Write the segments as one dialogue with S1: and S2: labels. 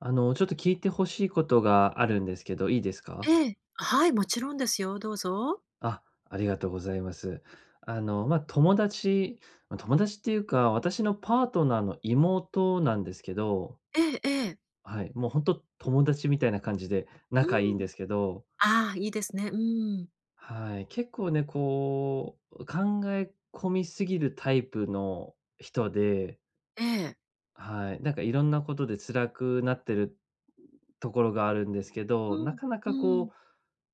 S1: ちょっと聞いてほしいことがあるんですけど、いいですか？
S2: ええ、はい、もちろんですよ、どうぞ。
S1: あ、ありがとうございます。あの、まあ、友達友達っていうか、私のパートナーの妹なんですけど、
S2: ええええ。
S1: はい、もう本当友達みたいな感じで仲いいん
S2: うん。
S1: ですけど、
S2: ああ、いいですね。うん。
S1: はい、結構ね、こう、考え込みすぎるタイプの人で、
S2: ええ。
S1: はい、なんかいろんなことで辛くなってるところがあるんですけ
S2: う
S1: ど、な
S2: ん、
S1: かなか
S2: うん、
S1: こう、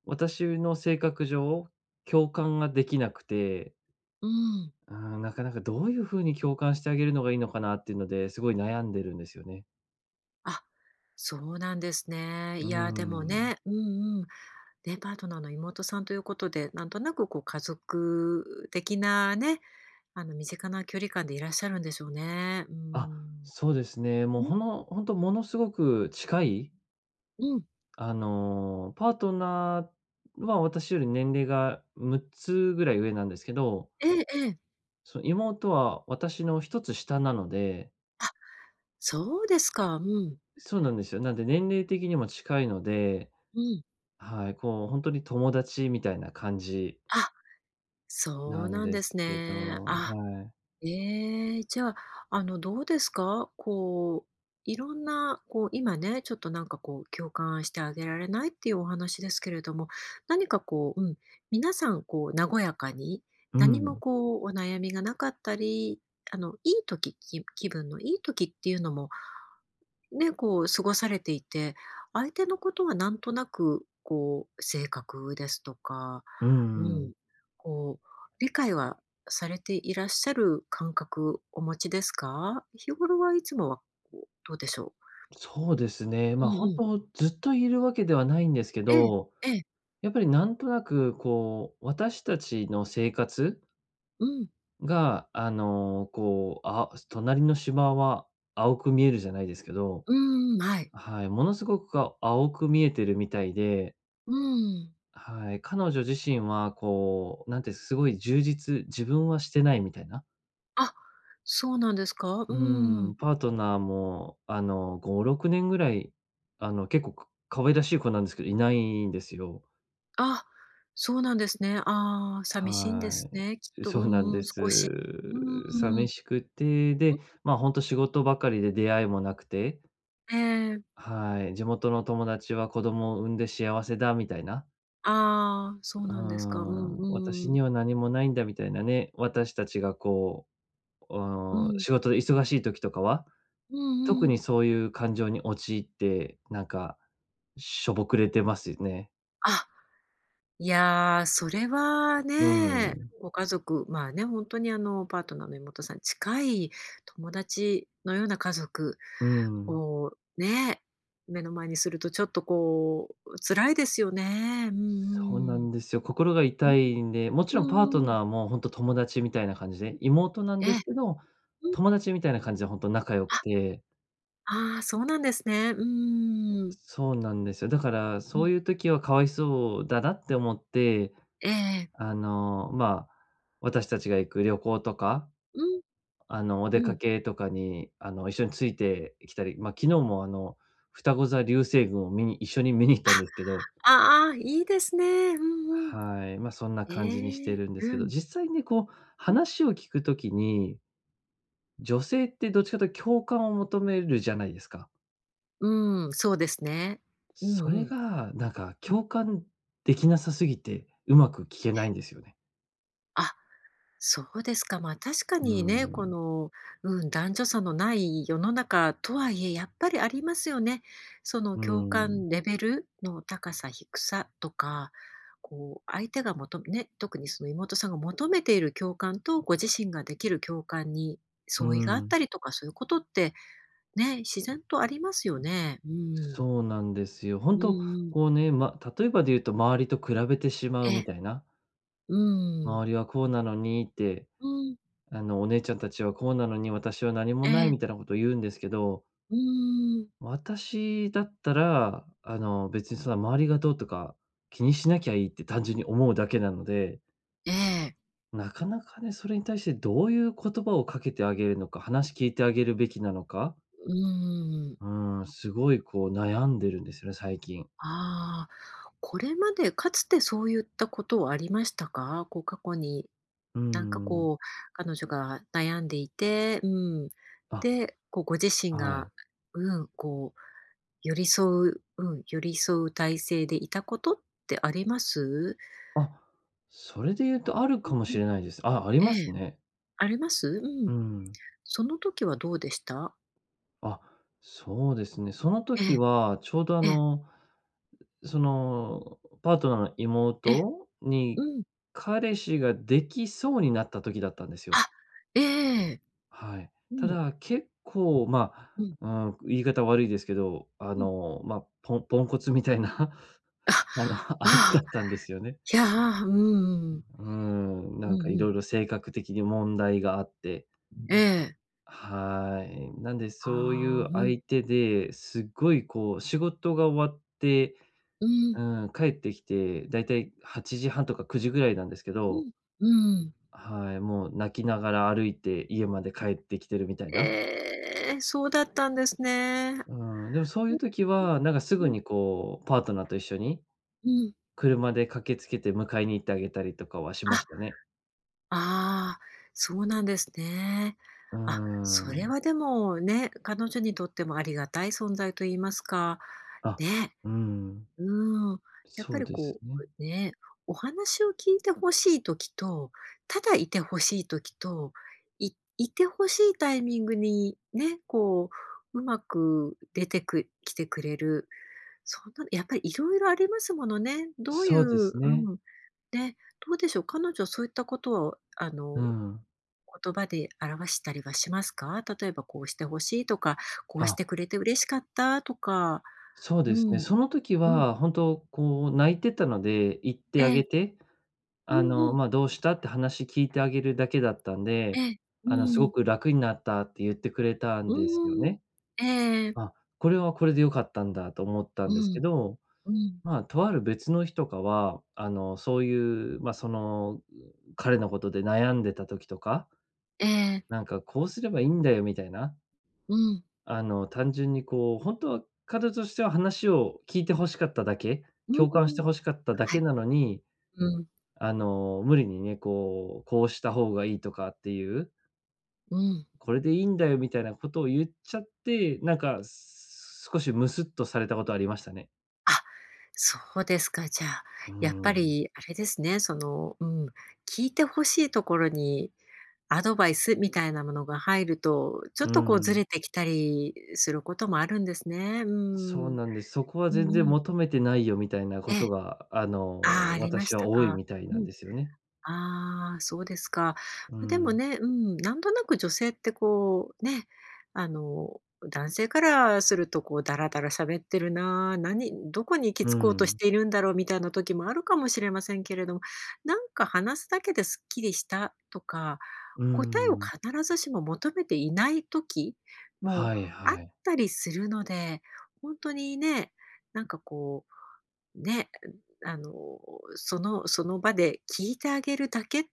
S1: 私の性格上、共感ができなくて、
S2: うん。
S1: なかなかどういう風に共感してあげるのがいいのかなっていうので、すごい悩んでるんですよね。
S2: あ、そうなんですね。
S1: うー
S2: いや、でも
S1: ん。
S2: ね、うんうん。ね、パートナーの妹さんということで、なんとなくこう家族的なね、あの身近な距離感でいらっしゃるんでしょうね。う
S1: あ、
S2: ん。
S1: そうですね。もう
S2: うん
S1: ほのほんとものすごく近い、
S2: うん。
S1: パートナーは私より年齢が6つぐらい上なんですけど、
S2: ええええ。
S1: その妹は私の一つ下なので。
S2: あ、そうですか。うん、
S1: そうなんですよ。なんで年齢的にも近いので、
S2: うん。
S1: はい、こうほんとに友達みたいな感じ
S2: あ、そう
S1: なん
S2: なん
S1: で
S2: です
S1: すけ
S2: ね。
S1: ど、は
S2: あ。
S1: い。
S2: ええ、じゃあ、どうですか？こう、いろんな、こう、今ね、ちょっとなんかこう、共感してあげられないっていうお話ですけれども、何かこう、うん、皆さんこう和やかに、
S1: う
S2: 何も
S1: ん、
S2: こうお悩みがなかったり、いい時、気分のいい時っていうのもね、こう過ごされていて、相手のことはなんとなく、こう、性格ですとか、
S1: う
S2: うん、
S1: ん。
S2: こう、理解はされていらっしゃる感覚お持ちですか？日頃はいつもは、こう、どうでしょう？
S1: そうですね。
S2: う
S1: ま、
S2: ん
S1: 本
S2: うん。
S1: 当ずっといるわけではないんですけ
S2: ええ、
S1: ど、
S2: ええ、
S1: やっぱりなんとなくこう、私たちの生活
S2: うん。
S1: が、こう、隣の芝は青く見えるじゃないですけど、
S2: うんうん、はい。
S1: はい、ものすごく青く見えてるみたいで、
S2: うん。
S1: はい、彼女自身はこう、なんてすごい充実自分はしてないみたいな。
S2: あ、そうなんですか？
S1: う
S2: う
S1: ー
S2: ん。
S1: ん、パートナーも、5、6年ぐらい、あの、結構可愛らしい子なんですけど、いないんですよ。
S2: あ、そうなんですね。ああ、寂しいんで
S1: は
S2: すね、きっ
S1: い。
S2: と。う
S1: そうなん
S2: んう
S1: で
S2: ん、
S1: す。
S2: 少し。う
S1: 寂しくて、
S2: うん、
S1: で、まあ、ほんと仕事ばかりで出会いもなくて、
S2: ええ。
S1: はい、地元の友達は子供を産んで幸せだみたいな、
S2: ああ、そう
S1: うー
S2: なんですか。うん
S1: ん、
S2: うん
S1: 私
S2: うん。
S1: には何もないんだみたいなね、私たちがう、う
S2: うん。
S1: 仕事で忙しい時とかは、
S2: うん
S1: 特
S2: うん。
S1: にそういう感情に陥って、なんかしょぼくれてますよね。
S2: あ、いや、それは
S1: う
S2: ね、
S1: ん、
S2: ご家族、まあね、ほんとにパートナーの妹さん、近い友達のような家族
S1: うん。
S2: をね、目の前にするとちょっとこう、辛いですよね。うん
S1: そうな
S2: うん。
S1: んですよ。心が
S2: う
S1: 痛
S2: ん。
S1: いんで、もち
S2: う
S1: ろんパート
S2: んうん。
S1: ナーもほんと友達みたいな感じで、妹なん
S2: え
S1: で
S2: え。
S1: すけど、
S2: うん。
S1: 友達みたいな感じでほんと仲良く
S2: あ、
S1: て、
S2: ああ、そうなんですね。うんうん
S1: そうなんですよ。だからそういう時は可哀そうだなって思って、
S2: ええええ。
S1: あの、まあ、私たちが行く旅行とか、
S2: うん、
S1: あの、お出
S2: う
S1: か
S2: ん。
S1: けとかに、あの、一緒についてきたり、まあ、昨日もあの、ふたご座流星群を見に一緒に見に行ったんですけど、
S2: ああ、いいですね。うんうん。
S1: はい、まあ、そんな感じにし
S2: え
S1: て
S2: え、
S1: るんですけ
S2: う
S1: ど、
S2: ん。
S1: 実際にねこう、
S2: うん。
S1: 話を聞くときに、女性ってどっちかというと共感を求めるじゃないですか。
S2: うん、そうですね。う
S1: そ
S2: んう
S1: れ
S2: ん。
S1: が、なんか共感できなさすぎて、うまく聞けないんですよね。
S2: あ、そうですか。まあ、確か
S1: う
S2: にね、こ
S1: ん、
S2: の、うん、男女差のない世の中とはいえ、やっぱりありますよね。その
S1: う
S2: 共
S1: ん、
S2: 感レベルの高さ、低さとか、こう相手が求めね、特にその妹さんが求めている共感と、ご自身ができる共感に
S1: う
S2: 相違があっ
S1: ん。
S2: たりとか、そういうことってね、自然とありますよね。うん。
S1: そうなんですよ。
S2: う
S1: 本当
S2: んうん。
S1: こうね、ま、例えばで言うと周りと比べてしま
S2: え
S1: うみ
S2: え。
S1: たいな、
S2: うん。
S1: 周りはこうなのにって、
S2: うん。
S1: あの、お姉ちゃんたちはこうなのに私は何
S2: え
S1: もない
S2: え。
S1: みたいなことを言うんですけど、
S2: うーん。
S1: 私だったら、あの、別にそんな周りがどうとか気にしなきゃいいって単純に思うだけなので、
S2: ええ。
S1: なかなかね、それに対してどういう言葉をかけてあげるのか、話聞いてあげるべきなのか、
S2: うーん。
S1: うすごいこう悩んでるんですよね、最近。
S2: ああ、これまでかつてそういったことはありましたか？こう過去に。
S1: う
S2: なんか
S1: ん。
S2: こう、彼女が悩んでいて、うん。
S1: あ、
S2: で、こうご自身
S1: は
S2: が、
S1: い。
S2: うん、こう寄り添ううん、寄り添う体制でいたことってあります？
S1: あ、それで言うとある
S2: う
S1: か
S2: ん
S1: も
S2: う
S1: し
S2: ん。
S1: れないです。あ、あり
S2: え
S1: ま
S2: え。
S1: すね。
S2: あります？う
S1: う
S2: ん。
S1: ん。
S2: その時はどうでした？
S1: あ、そうですね。その
S2: え
S1: 時はちょうどあ
S2: え、ええ、
S1: の、その、パートナーの
S2: ええ。
S1: 妹に、
S2: うん。
S1: 彼氏ができそうになった時だったんですよ。
S2: あ、ええ。
S1: はい。
S2: う
S1: た
S2: ん。
S1: だ、結構、まあ、
S2: うん、
S1: う言い方悪いですけど、
S2: うん。
S1: ポンポンコツみたいな、
S2: あ、
S1: あの、相手
S2: ああ、
S1: だったんですよね。
S2: いや、ああ、うんうんうん。
S1: うん、な
S2: う
S1: んかい
S2: ん
S1: ろいろ性格的に問題があって、
S2: ええ。
S1: はい。なんでそうい
S2: ああ、う
S1: う
S2: ん、
S1: 相手で、すっごいこう仕事が終わって、
S2: うん、
S1: うん、帰ってきて、だいたい8時半とか9時ぐらいなんですけ
S2: う
S1: ど、
S2: ん、うん。
S1: はい、もう泣きながら歩いて家まで帰ってきてるみたいな。
S2: ええ、そうだったんですね。
S1: うん、でもそうい
S2: うん、
S1: う時は、なんかす
S2: う
S1: ぐ
S2: ん、
S1: にこう、パートナーと一緒に
S2: うん。
S1: 車で駆けつけて迎えに行ってあげたりとかはしま
S2: あ、
S1: したね。
S2: ああ、そうなんですね。
S1: うー
S2: あ、それ
S1: ん。
S2: はでもね、彼女にとってもありがたい存在と言いますか、
S1: あ、
S2: ね。
S1: うん、
S2: うーん、やっぱ
S1: そう
S2: り
S1: です
S2: こ
S1: ね。
S2: う、ね、お話を聞いてほしい時と、ただいてほしい時と、いいてほしいタイミングにね、こう、うまく出てく来てくれる、そんなやっぱりいろいろありますものね。どうい
S1: そ
S2: う、
S1: うです
S2: う
S1: ね。
S2: ん、ね、どうでしょう、彼女はそういったことは、
S1: うん。
S2: 言葉で表したりはしますか？例えばこうしてほしいとか、こうしてく
S1: あ、
S2: れて嬉しかったとか、
S1: そう
S2: う
S1: ですね。
S2: ん、
S1: その時
S2: うん、
S1: は本当こう泣いてたので、行って
S2: え
S1: あげ
S2: え、
S1: て、
S2: う
S1: あ
S2: んう
S1: の、
S2: ん。
S1: ま、「どうした？」って話聞いてあげるだけだったんで、
S2: ええ、う
S1: あの、「すご
S2: ん、
S1: く楽になった」って言ってくれた
S2: う
S1: んですよ
S2: ーん。
S1: ね。
S2: ええ、
S1: あ、これはこれで良かったんだと思った
S2: う
S1: んです
S2: ん、
S1: けど、
S2: うん、
S1: まあ、とある別の日とかは、あの、そういう、まあ、その、彼のことで悩んでた時とか、
S2: ええ、
S1: なんかこうすればいいんだよみたいな、
S2: うん、
S1: あの、単純にこう、本当は彼としては話を聞いて欲しかっただけ、
S2: うー
S1: 共感し
S2: ん、
S1: て欲しかっただ
S2: はい、
S1: けなのに、
S2: うん、
S1: あの、無理にね、こう、こうした方がいいとかっていう、
S2: うん。
S1: これでいいんだよみたいなことを言っちゃって、なんか、少しムスッとされたことありましたね。
S2: あ、そうですか。じゃあ、
S1: うー
S2: やっぱ
S1: ん。
S2: りあれですね、その、うん、聞いて欲しいところにアドバイスみたいなものが入ると、ちょっ
S1: う
S2: とこうず
S1: ん、
S2: れてきたりすることもあるんですね。う
S1: そう
S2: ん。
S1: なんです。そこは
S2: う
S1: 全
S2: ん
S1: 然
S2: うん。
S1: 求めてないよみたいな
S2: え
S1: こ
S2: え、
S1: とが、あ
S2: ああ、
S1: の、
S2: ありま
S1: 私
S2: し
S1: は
S2: た
S1: 多い
S2: か。
S1: みたい
S2: う
S1: なん
S2: ん。
S1: ですよね。
S2: ああ、そうですか。
S1: う
S2: ま、でも
S1: ん。
S2: ね、うん、なんとなく女性ってこう、ね、あの、男性からするとこうダラダラ喋ってるなあ、何どこに行き
S1: う
S2: 着こうとし
S1: ん。
S2: ているんだろうみたいな時もあるかもしれませんけれども、なんか話すだけですっきりしたとか、
S1: う
S2: 答えを
S1: ん。
S2: 必ずしも求めていない時も
S1: はい
S2: あっ
S1: はい。
S2: たりするので、本当にね、なんかこう、ね、あの、その場で聞いてあげるだけっ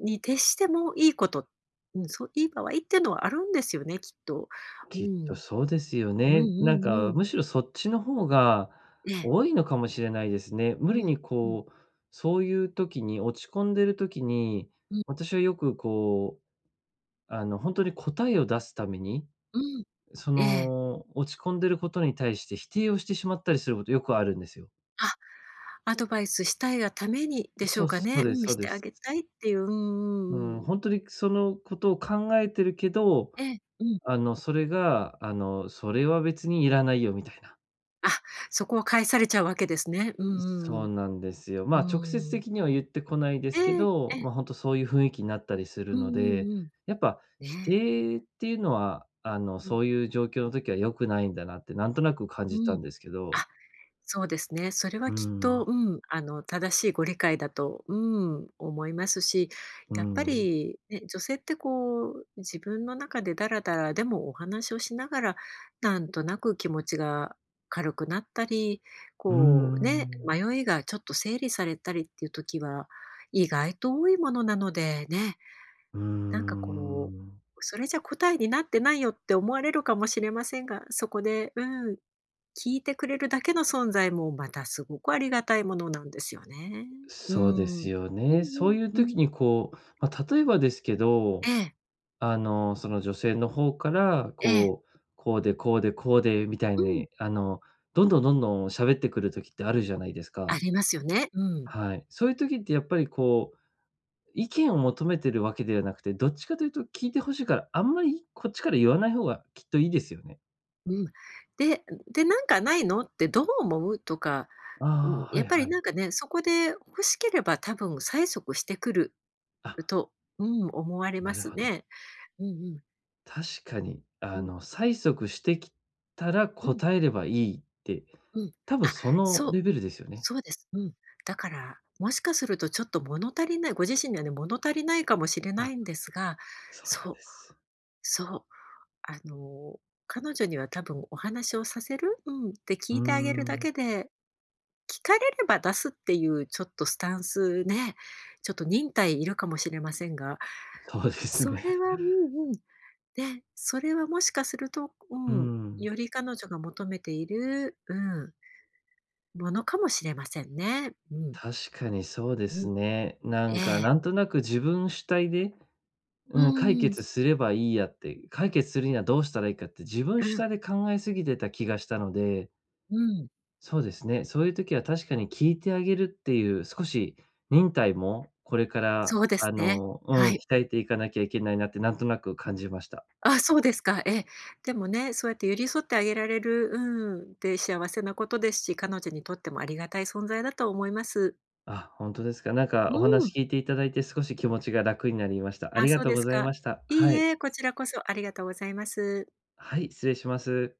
S2: に徹してもいいこと、うん、そう、いい場合っていうのはあるんですよね、きっと。う
S1: きっと
S2: ん。
S1: そうですよ
S2: うんう
S1: ね。なん
S2: んう
S1: か、
S2: ん。
S1: むしろそっちの方が
S2: ええ。
S1: 多いのかもしれないですね。無
S2: う
S1: 理
S2: ん。
S1: に
S2: うん。
S1: こう、そういう時に、落ち込んでる時に、
S2: うん。
S1: 私はよくこう、あの、本当に答えを出すために、
S2: うん。
S1: そ
S2: ええ。
S1: の、落ち込んでることに対して否定をしてしまったりすることよくあるんですよ。
S2: あ、アドバイスしたいがためにでしょ
S1: そ
S2: う
S1: う
S2: か
S1: そ
S2: ね。
S1: う
S2: う
S1: です
S2: ん、
S1: そ
S2: し
S1: うで
S2: てあ
S1: す。
S2: げたいっていう。うんう
S1: うん、
S2: んうん。
S1: ほんとにそのことを考えてるけど、
S2: ええ、うん。
S1: あの、それが、あの、それは別にいらないよみたいな。
S2: あ、そこを返されちゃうわけですね。うんうん
S1: そ
S2: う
S1: うなんですよ。まあ、直接
S2: ん。うーん。
S1: 的には言ってこないで
S2: え
S1: すけ
S2: え、
S1: ど、
S2: え
S1: ま、
S2: え。
S1: ほんとそういう雰囲気になったりす
S2: う
S1: る
S2: ん
S1: の
S2: う
S1: で、
S2: んうん。
S1: やっぱ否
S2: ね。
S1: 定っていうのは、あの、
S2: うん。
S1: そういう状況の時は良くないんだなってなんとなく感
S2: う
S1: じた
S2: ん。
S1: んですけど。
S2: あ、そうですね。それ
S1: う
S2: は
S1: ー
S2: きっ
S1: ん、
S2: と、うん、正しいご理解だと、うん、思いますし、
S1: うー
S2: やっぱ
S1: ん、
S2: り、ね、女性ってこう、自分の中でダラダラでもお話をしながら、なんとなく気持ちが軽くなったり、
S1: うー
S2: こうね、
S1: ん、
S2: 迷いがちょっと整理されたりっていう時は、意外と多いものなのでね、
S1: うー
S2: なんかこ
S1: ん。
S2: う、それじゃ答えになってないよって思われるかもしれませんが、そこで、うん、聞いてくれるだけの存在も、またすごくありがたいものなんですよね。う
S1: そうで
S2: ん。う
S1: す
S2: ん
S1: よね。
S2: う
S1: そう
S2: ん
S1: いう
S2: う
S1: 時
S2: ん。
S1: にこう、まあ、例えばですけ
S2: え
S1: ど、
S2: え、
S1: あの、その女性の方から、
S2: ええ。
S1: こう、こうでこうでこうでみたい
S2: うん。
S1: に、あの、どんどんどんどん喋ってくる時ってあるじゃないです
S2: あ
S1: か。
S2: りますよね。うん。
S1: はい。そういう時ってやっぱりこう、意見を求めてるわけではなくて、どっちかというと聞いてほしいから、あんまりこっちから言わない方がきっといいですよね。
S2: うん。でで、「なんかないの？」って「どう思う？」とか、うん、
S1: ああ、
S2: や
S1: は
S2: っ
S1: い
S2: ぱり
S1: はい。
S2: なんかね、そこで欲しければ多分催促してくる
S1: あ、
S2: と、うん、思われま
S1: なる
S2: す
S1: ほど。
S2: ね。うんうん。
S1: 確かに、
S2: う
S1: あ
S2: ん。
S1: の、催促してきたら
S2: うん、
S1: 答えればいいって、
S2: うん。
S1: 多分
S2: あ、
S1: その
S2: そう。
S1: レベルですよね。
S2: そうです。うん。だから、もしかするとちょっと物足りない、ご自身にはね、物足りないかもしれな
S1: あ、
S2: いんですが、
S1: そうなん
S2: そう、
S1: です。
S2: そう、あの、彼女には多分お話をさせる、うん、って聞
S1: うー
S2: いてあげるだ
S1: ん、
S2: けで、聞かれれば出すっていうちょっとスタンスね、ちょっと忍耐いるかもしれませんが、
S1: そうです
S2: そ
S1: ね。
S2: れは、うんうん、で、それはもしかすると、
S1: う
S2: うん、
S1: ん。
S2: より彼女が求めている、うん、ものかもしれませんね。うん、
S1: 確かにそうです
S2: う
S1: ね。な
S2: ん、え
S1: んか、
S2: え
S1: なんとなく自分主体で、
S2: う
S1: うん、解
S2: ーん、
S1: 決すればいいやって、解決するにはどうしたらいいかって自分主
S2: うん、
S1: 体で考えすぎてた気がしたので。
S2: うん。
S1: そうですね。そういう時は確かに聞いてあげるっていう、少し忍耐もこれから、
S2: そうです
S1: あ
S2: ね。
S1: の、うん、
S2: は
S1: 鍛
S2: い。
S1: えていかなきゃいけないなってなんとなく感じました。
S2: あ、そうですか。ええ。でもね、そうやって寄り添ってあげられる、うん、で、幸せなことですし、彼女にとってもありがたい存在だと思います。
S1: あ、本当ですか。なん
S2: う
S1: かお話
S2: ん。
S1: 聞いていただいて少し気持ちが楽になりました。あ
S2: あ、
S1: りが
S2: そう
S1: とう
S2: で
S1: ご
S2: す
S1: ざい
S2: か。
S1: ました。
S2: いい
S1: はい。
S2: え、こちらこそありがとうございます。
S1: はい、失礼します。